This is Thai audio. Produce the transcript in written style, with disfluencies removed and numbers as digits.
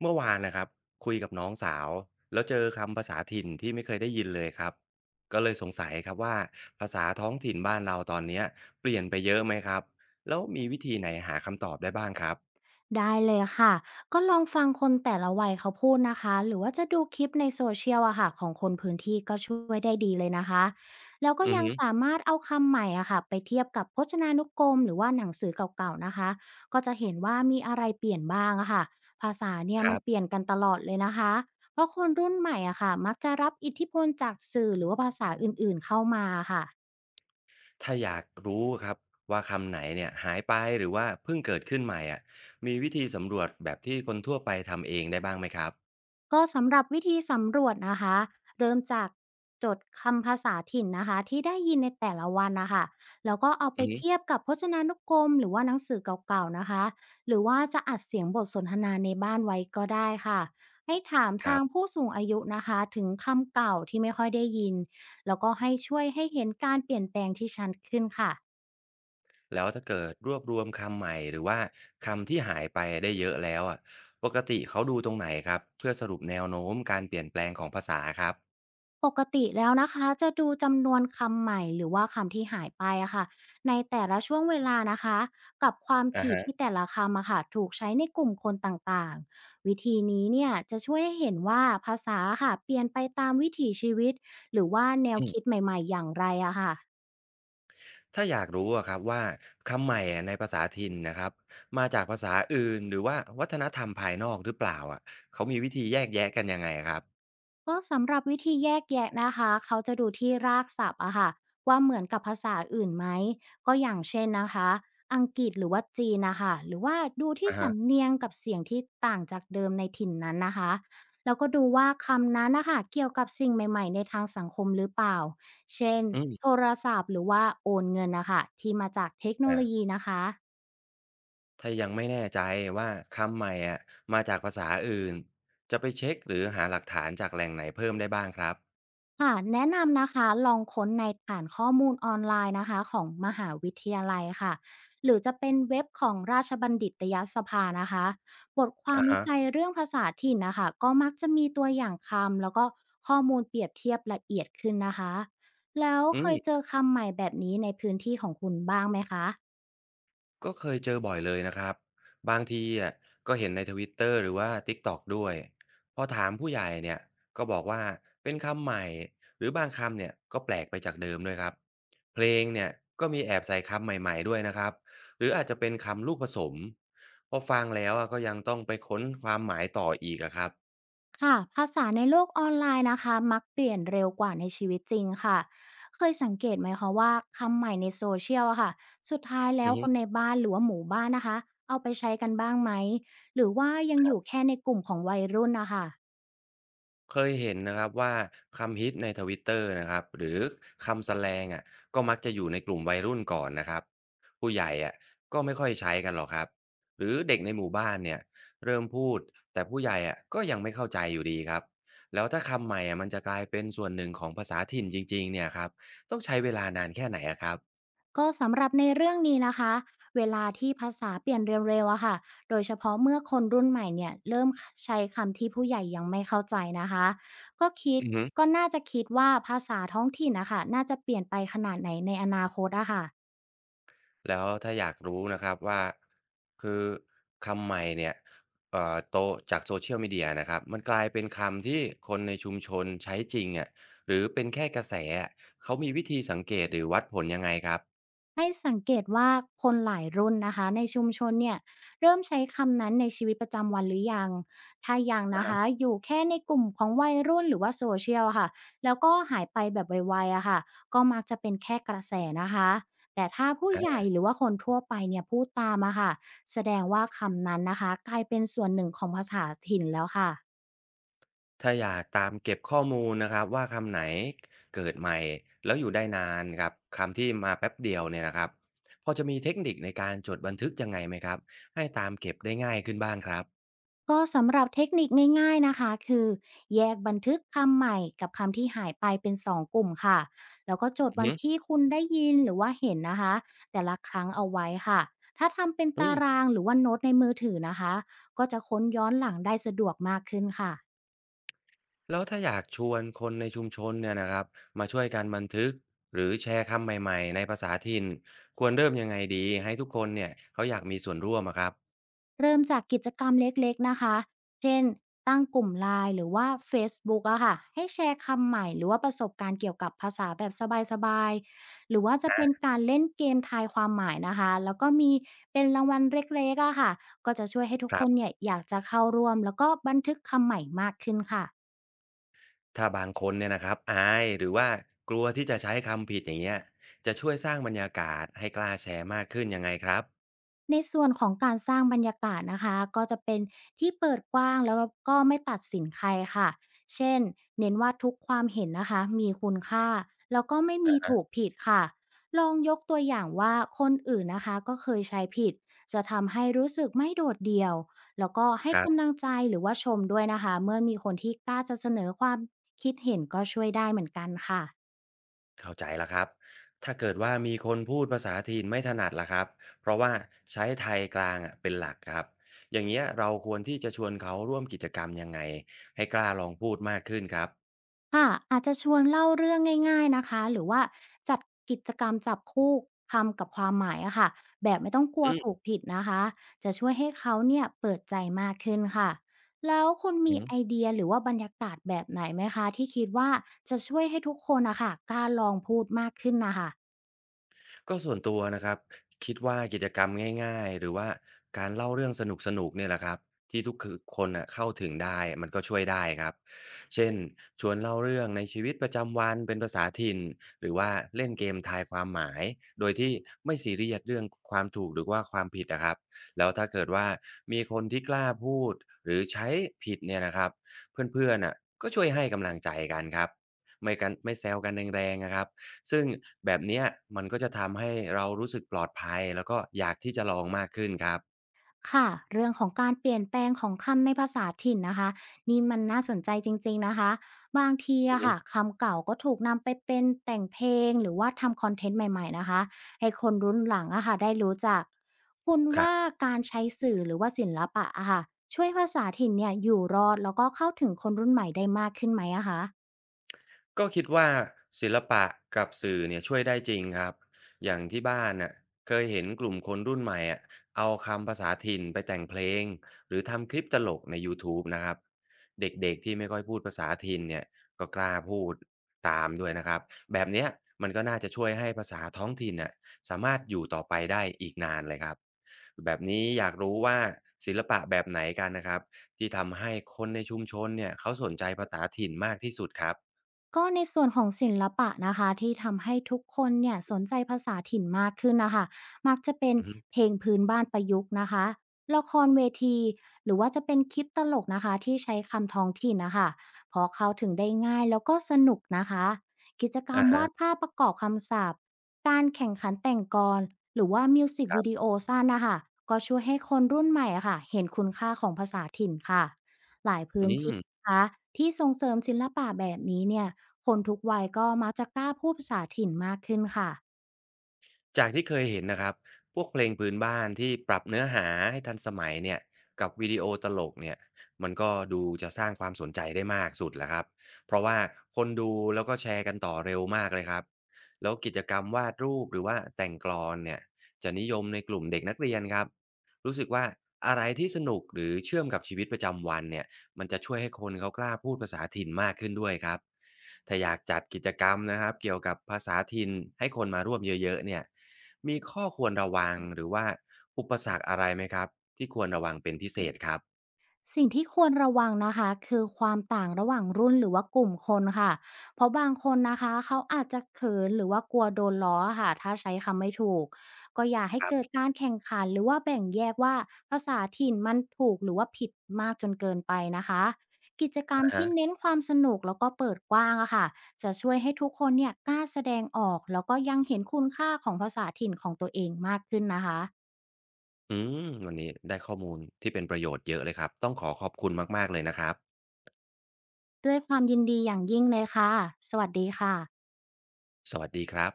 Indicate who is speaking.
Speaker 1: เมื่อวานนะครับคุยกับน้องสาวแล้วเจอคำภาษาถิ่นที่ไม่เคยได้ยินเลยครับก็เลยสงสัยครับว่าภาษาท้องถิ่นบ้านเราตอนเนี้ยเปลี่ยนไปเยอะไหมครับแล้วมีวิธีไหนหาคำตอบได้บ้างครับ
Speaker 2: ได้เลยค่ะก็ลองฟังคนแต่ละวัยเขาพูดนะคะหรือว่าจะดูคลิปในโซเชียลอะค่ะของคนพื้นที่ก็ช่วยได้ดีเลยนะคะแล้วก็
Speaker 1: อือ
Speaker 2: ยัง
Speaker 1: ฮึ
Speaker 2: สามารถเอาคำใหม่อะค่ะไปเทียบกับพจนานุกรมหรือว่าหนังสือเก่าๆนะคะก็จะเห็นว่ามีอะไรเปลี่ยนบ้างอะค่ะภาษาเนี่ย
Speaker 1: ค
Speaker 2: มั
Speaker 1: รั
Speaker 2: นเปลี่ย
Speaker 1: บ
Speaker 2: นกันตลอดเลยนะคะเพราะคนรุ่นใหม่อะค่ะมักจะรับอิทธิพลจากสื่อหรือว่าภาษาอื่นๆเข้ามาค่ะ
Speaker 1: ถ้าอยากรู้ครับว่าคำไหนเนี่ยหายไปหรือว่าเพิ่งเกิดขึ้นใหม่อ่ะมีวิธีสำรวจแบบที่คนทั่วไปทำเองได้บ้างไหมครับ
Speaker 2: ก็สำหรับวิธีสำรวจนะคะเริ่มจากจดคำภาษาถิ่นนะคะที่ได้ยินในแต่ละวันนะคะแล้วก็เอาไป
Speaker 1: อือฮึ
Speaker 2: เทียบกับพจนานุกรมหรือว่าหนังสือเก่าๆนะคะหรือว่าจะอัดเสียงบทสนทนาในบ้านไว้ก็ได้ค่ะให้ถาม
Speaker 1: ค
Speaker 2: ทา
Speaker 1: รั
Speaker 2: ง
Speaker 1: บ
Speaker 2: ผู้สูงอายุนะคะถึงคำเก่าที่ไม่ค่อยได้ยินแล้วก็ให้ช่วยให้เห็นการเปลี่ยนแปลงที่ชัดขึ้นค่ะ
Speaker 1: แล้วถ้าเกิดรวบรวมคำใหม่หรือว่าคำที่หายไปได้เยอะแล้วอะปกติเขาดูตรงไหนครับเพื่อสรุปแนวโน้มการเปลี่ยนแปลงของภาษาครับ
Speaker 2: ปกติแล้วนะคะจะดูจำนวนคำใหม่หรือว่าคำที่หายไปอะค่ะในแต่ละช่วงเวลานะคะกับความ
Speaker 1: อ่า
Speaker 2: ถี่
Speaker 1: ฮะ
Speaker 2: ที่แต่ละคำอะค่ะถูกใช้ในกลุ่มคนต่างๆวิธีนี้เนี่ยจะช่วยให้เห็นว่าภาษาค่ะเปลี่ยนไปตามวิถีชีวิตหรือว่าแนว
Speaker 1: อืม
Speaker 2: คิดใหม่ๆอย่างไรอะค่ะ
Speaker 1: ถ้าอยากรู้อะครับว่าคำใหม่อะในภาษาถิ่นนะครับมาจากภาษาอื่นหรือว่าวัฒนธรรมภายนอกหรือเปล่าอะเขามีวิธีแยกแยะกันยังไงครับ
Speaker 2: ก็สำหรับวิธีแยกแยะนะคะ เขาจะดูที่รากศัพท์อะค่ะว่าเหมือนกับภาษาอื่นไหมก็อย่างเช่นนะคะอังกฤษหรือว่าจีนนะคะหรือว่าดูที่
Speaker 1: อะฮะ
Speaker 2: สำเนียงกับเสียงที่ต่างจากเดิมในถิ่นนั้นนะคะแล้วก็ดูว่าคำนั้นนะคะเกี่ยวกับสิ่งใหม่ๆในทางสังคมหรือเปล่าเช่น
Speaker 1: อื
Speaker 2: โท
Speaker 1: ม
Speaker 2: รศัพท์หรือว่าโอนเงินนะคะที่มาจากเทคโนโล
Speaker 1: อ่า
Speaker 2: ยีนะคะ
Speaker 1: ถ้ายังไม่แน่ใจว่าคำใหม่อะมาจากภาษาอื่นจะไปเช็คหรือหาหลักฐานจากแหล่งไหนเพิ่มได้บ้างครับ
Speaker 2: ค่ะแนะนำนะคะลองค้นในฐานข้อมูลออนไลน์นะคะของมหาวิทยาลัยค่ะหรือจะเป็นเว็บของราชบัณฑิตยสภานะคะบทความ
Speaker 1: อะ
Speaker 2: วิ
Speaker 1: ฮะ
Speaker 2: จัยเรื่องภาษาถิ่นนะคะก็มักจะมีตัวอย่างคำแล้วก็ข้อมูลเปรียบเทียบละเอียดขึ้นนะคะแล้ว
Speaker 1: อื
Speaker 2: เคยเจ
Speaker 1: ม
Speaker 2: อคำใหม่แบบนี้ในพื้นที่ของคุณบ้างไหมคะ
Speaker 1: ก็เคยเจอบ่อยเลยนะครับบางทีอ่ะก็เห็นใน Twitter หรือว่า TikTok ด้วยพอถามผู้ใหญ่เนี่ยก็บอกว่าเป็นคำใหม่หรือบางคำเนี่ยก็แปลกไปจากเดิมด้วยครับเพลงเนี่ยก็มีแอบใส่คำใหม่ๆด้วยนะครับหรืออาจจะเป็นคำลูกผสมพอฟังแล้วอ่ะก็ยังต้องไปค้นความหมายต่ออีกอะครับ
Speaker 2: ค่ะภาษาในโลกออนไลน์นะคะมักเปลี่ยนเร็วกว่าในชีวิตจริงค่ะเคยสังเกตไหมคะว่าคำใหม่ในโซเชียลอะค่ะสุดท้ายแล้วคนในบ้านหรือว่าหมู่บ้านนะคะเอาไปใช้กันบ้างไหมหรือว่ายังอยู่แค่ในกลุ่มของวัยรุ่นนะคะ
Speaker 1: เคยเห็นนะครับว่าคำฮิตในทวิตเตอร์นะครับหรือคำแสแลงอ่ะก็มักจะอยู่ในกลุ่มวัยรุ่นก่อนนะครับผู้ใหญ่อ่ะก็ไม่ค่อยใช้กันหรอกครับหรือเด็กในหมู่บ้านเนี่ยเริ่มพูดแต่ผู้ใหญ่อ่ะก็ยังไม่เข้าใจอยู่ดีครับแล้วถ้าคำใหม่อ่ะมันจะกลายเป็นส่วนหนึ่งของภาษาถิ่นจริงๆเนี่ยครับต้องใช้เวลานานแค่ไหนอะครับ
Speaker 2: ก็สำหรับในเรื่องนี้นะคะเวลาที่ภาษาเปลี่ยนเร็วๆอะค่ะโดยเฉพาะเมื่อคนรุ่นใหม่เนี่ยเริ่มใช้คำที่ผู้ใหญ่ยังไม่เข้าใจนะคะก็คิดก็น่าจะคิดว่าภาษาท้องถิ่นนะคะน่าจะเปลี่ยนไปขนาดไหนในอนาคตอะค่ะ
Speaker 1: แล้วถ้าอยากรู้นะครับว่าคือคำใหม่เนี่ยโตจาก Social Media นะครับมันกลายเป็นคำที่คนในชุมชนใช้จริงอะหรือเป็นแค่กระแสอะเขามีวิธีสังเกตหรือวัดผลยังไงครับ
Speaker 2: ให้สังเกตว่า เริ่มใช้คำนั้นในชีวิตประจำวันหรือยังถ้ายัง
Speaker 1: อา
Speaker 2: นะ
Speaker 1: ฮะ
Speaker 2: คะอยู่แค่ในกลุ่มของวัยรุ่นหรือว่าโซเชียลอะค่ะ แล้วก็หายไปแบบไวๆอะค่ะก็มักจะเป็นแค่กระแสนะคะ แต่ถ้าผู้
Speaker 1: อ
Speaker 2: ใหญ่
Speaker 1: า
Speaker 2: หรือว่าคนทั่วไปเนี่ยพูดตามอะค่ะแสดงว่าคำนั้นนะคะกลายเป็นส่วนหนึ่งของภาษาถิ่นแล้วค่ะ
Speaker 1: ถ้าอยากตามเก็บข้อมูลนะครับว่าคำไหนเกิดใหม่แล้วอยู่ได้นานครับคำที่มาแป๊บเดียวเนี่ยนะครับพอจะมีเทคนิคในการจดบันทึกยังไงไหมครับให้ตามเก็บได้ง่ายขึ้นบ้างครับ
Speaker 2: ก็สำหรับเทคนิคง่ายๆนะคะคือแยกบันทึกคำใหม่กับคำที่หายไปเป็น2 กลุ่มค่ะแล้วก็จด
Speaker 1: อือ
Speaker 2: วัน
Speaker 1: ฮึ
Speaker 2: ที่คุณได้ยินหรือว่าเห็นนะคะแต่ละครั้งเอาไว้ค่ะถ้าทำเป็นตารางหรือว่าโน้ตในมือถือนะคะก็จะค้นย้อนหลังได้สะดวกมากขึ้นค่ะ
Speaker 1: แล้วถ้าอยากชวนคนในชุมชนเนี่ยนะครับมาช่วยกันบันทึกหรือแชร์คำใหม่ๆในภาษาถิ่นควรเริ่มยังไงดีให้ทุกคนเนี่ยเขาอยากมีส่วนร่วมอะครับ
Speaker 2: เริ่มจากกิจกรรมเล็กๆนะคะ เช่นตั้งกลุ่มไลน์หรือว่า Facebook อะค่ะ ให้แชร์คำใหม่หรือว่าประสบการณ์เกี่ยวกับภาษาแบบสบายๆ หรือว่าจะ
Speaker 1: อ่
Speaker 2: เป็น
Speaker 1: า
Speaker 2: การเล่นเกมทายความหมายนะคะ แล้วก็มีเป็นรางวัลเล็กๆอะค่ะ ก็จะช่วยให้ทุก
Speaker 1: ค
Speaker 2: ค
Speaker 1: รั
Speaker 2: น
Speaker 1: บ
Speaker 2: เนี่ยอยากจะเข้าร่วมแล้วก็บันทึกคำใหม่มากขึ้นค่ะ
Speaker 1: ถ้าบางคนเนี่ยนะครับอายหรือว่ากลัวที่จะใช้คำผิดอย่างเงี้ยจะช่วยสร้างบรรยากาศให้กล้าแชร์มากขึ้นยังไงครับ
Speaker 2: ในส่วนของการสร้างบรรยากาศนะคะก็จะเป็นที่เปิดกว้างแล้วก็ไม่ตัดสินใครค่ะเช่นเน้นว่าทุกความเห็นนะคะมีคุณค่าแล้วก็ไม่มีถูกผิดค่ะลองยกตัวอย่างว่าคนอื่นนะคะก็เคยใช้ผิดจะทำให้รู้สึกไม่โดดเดี่ยวแล้วก็ให้กำลังใจหรือว่าชมด้วยนะคะเมื่อมีคนที่กล้าจะเสนอความคิดเห็นก็ช่วยได้เหมือนกันค่ะ
Speaker 1: เข้าใจแล้วครับ ถ้าเกิดว่ามีคนพูดภาษาถิ่นไม่ถนัดล่ะครับ เพราะว่าใช้ไทยกลางอะเป็นหลักครับ อย่างเงี้ยเราควรที่จะชวนเขาร่วมกิจกรรมยังไงให้กล้าลองพูดมากขึ้นครับ
Speaker 2: ค่ะอาจจะชวนเล่าเรื่องง่ายๆนะคะหรือว่าจัดกิจกรรมจับคู่คำกับความหมายอะค่ะแบบไม่ต้องกลัว
Speaker 1: อื
Speaker 2: ถูก
Speaker 1: ม
Speaker 2: ผิดนะคะจะช่วยให้เขาเนี่ยเปิดใจมากขึ้นค่ะแล้วคุณมีไอเดียหรือว่าบรรยากาศแบบไหนไหมคะที่คิดว่าจะช่วยให้ทุกคนนะคะกล้าลองพูดมากขึ้นนะคะ
Speaker 1: ก็ส่วนตัวนะครับคิดว่ากิจกรรมง่ายๆหรือว่าการเล่าเรื่องสนุกๆเนี่ยแหละครับที่ทุกคนน่ะเข้าถึงได้มันก็ช่วยได้ครับเช่นชวนเล่าเรื่องในชีวิตประจำวันเป็นภาษาถิ่นหรือว่าเล่นเกมทายความหมายโดยที่ไม่ซีเรียสเรื่องความถูกหรือว่าความผิดนะครับแล้วถ้าเกิดว่ามีคนที่กล้าพูดหรือใช้ผิดเนี่ยนะครับเพื่อนๆน่ะก็ช่วยให้กำลังใจกันครับไม่กันไม่แซวกันแรงๆนะครับ ซึ่งแบบเนี้ยมันก็จะทำให้เรารู้สึกปลอดภัยแล้วก็อยากที่จะลองมากขึ้นครับ
Speaker 2: ค่ะเรื่องของการเปลี่ยนแปลงของคำในภาษาถิ่นนะคะนี่มันน่าสนใจจริงๆนะคะบางที
Speaker 1: อือ
Speaker 2: อะ
Speaker 1: ฮึ
Speaker 2: ค่ะคำเก่าก็ถูกนำไปเป็นแต่งเพลงหรือว่าทำคอนเทนต์ใหม่ๆนะคะให้คนรุ่นหลังอะค่ะได้รู้จักคุณ
Speaker 1: ครั
Speaker 2: ว่า
Speaker 1: บ
Speaker 2: การใช้สื่อหรือว่าศิลปะอะค่ะช่วยภาษาถิ่นเนี่ยอยู่รอดแล้วก็เข้าถึงคนรุ่นใหม่ได้มากขึ้นไหมอะคะ
Speaker 1: ก็คิดว่าศิลปะกับสื่อเนี่ยช่วยได้จริงครับอย่างที่บ้านน่ะเคยเห็นกลุ่มคนรุ่นใหม่อะเอาคำภาษาถิ่นไปแต่งเพลงหรือทำคลิปตลกในยูทูบนะครับเด็กๆที่ไม่ค่อยพูดภาษาถิ่นเนี่ยก็กล้าพูดตามด้วยนะครับแบบเนี้ยมันก็น่าจะช่วยให้ภาษาท้องถิ่นน่ะสามารถอยู่ต่อไปได้อีกนานเลยครับแบบนี้อยากรู้ว่าศิลปะแบบไหนกันนะครับที่ทำให้คนในชุมชนเนี่ยเขาสนใจภาษาถิ่นมากที่สุดครับ
Speaker 2: ก็ในส่วนของศิลปะนะคะที่ทำให้ทุกคนเนี่ยสนใจภาษาถิ่นมากขึ้นนะคะมักจะเป็นเพลงพื้นบ้านประยุกต์นะคะละครเวทีหรือว่าจะเป็นคลิปตลกนะคะที่ใช้คำท้องถิ่นนะคะเพราะเข้าถึงได้ง่ายแล้วก็สนุกนะคะกิจกรรม
Speaker 1: อะ
Speaker 2: วาด
Speaker 1: ฮะ
Speaker 2: ภาพประกอบคำศัพท์การแข่งขันแต่งกลหรือว่ามิวสิก
Speaker 1: ครั
Speaker 2: วิดี
Speaker 1: บ
Speaker 2: โอสั้นนะคะก็ช่วยให้คนรุ่นใหม่อะค่ะเห็นคุณค่าของภาษาถิ่นค่ะหลายพื้
Speaker 1: อื
Speaker 2: น
Speaker 1: ม
Speaker 2: ที่นะคะที่ส่งเสริมศิลปะแบบนี้เนี่ย คนทุกวัยก็มักจะกล้าพูดภาษาถิ่นมากขึ้นค่ะ
Speaker 1: จากที่เคยเห็นนะครับพวกเพลงพื้นบ้านที่ปรับเนื้อหาให้ทันสมัยเนี่ยกับวิดีโอตลกเนี่ยมันก็ดูจะสร้างความสนใจได้มากสุดแหละครับเพราะว่าคนดูแล้วก็แชร์กันต่อเร็วมากเลยครับแล้วกิจกรรมวาดรูปหรือว่าแต่งกลอนเนี่ยจะนิยมในกลุ่มเด็กนักเรียนครับรู้สึกว่าอะไรที่สนุกหรือเชื่อมกับชีวิตประจำวันเนี่ย มันจะช่วยให้คนเขากล้าพูดภาษาถิ่นมากขึ้นด้วยครับถ้าอยากจัดกิจกรรมนะครับเกี่ยวกับภาษาถิ่นให้คนมาร่วมเยอะๆเนี่ยมีข้อควรระวังหรือว่าอุปสรรคอะไรไหมครับที่ควรระวังเป็นพิเศษครับ
Speaker 2: สิ่งที่ควรระวังนะคะคือความต่างระหว่างรุ่นหรือว่ากลุ่มคนค่ะเพราะบางคนนะคะเขาอาจจะเขินหรือว่ากลัวโดนล้อค่ะถ้าใช้คำไม่ถูกก็อย่าให้
Speaker 1: ครับ
Speaker 2: เกิดการแข่งขันหรือว่าแบ่งแยกว่าภาษาถิ่นมันถูกหรือว่าผิดมากจนเกินไปนะคะกิจกรรม
Speaker 1: นะฮะ
Speaker 2: ที่เน้นความสนุกแล้วก็เปิดกว้างอะค่ะจะช่วยให้ทุกคนเนี่ยกล้าแสดงออกแล้วก็ยังเห็นคุณค่าของภาษาถิ่นของตัวเองมากขึ้นนะคะ
Speaker 1: อืมวันนี้ได้ข้อมูลที่เป็นประโยชน์เยอะเลยครับต้องขอขอบคุณมากๆเลยนะครับ
Speaker 2: ด้วยความยินดีอย่างยิ่งเลยค่ะสวัสดีค่ะ
Speaker 1: สวัสดีครับ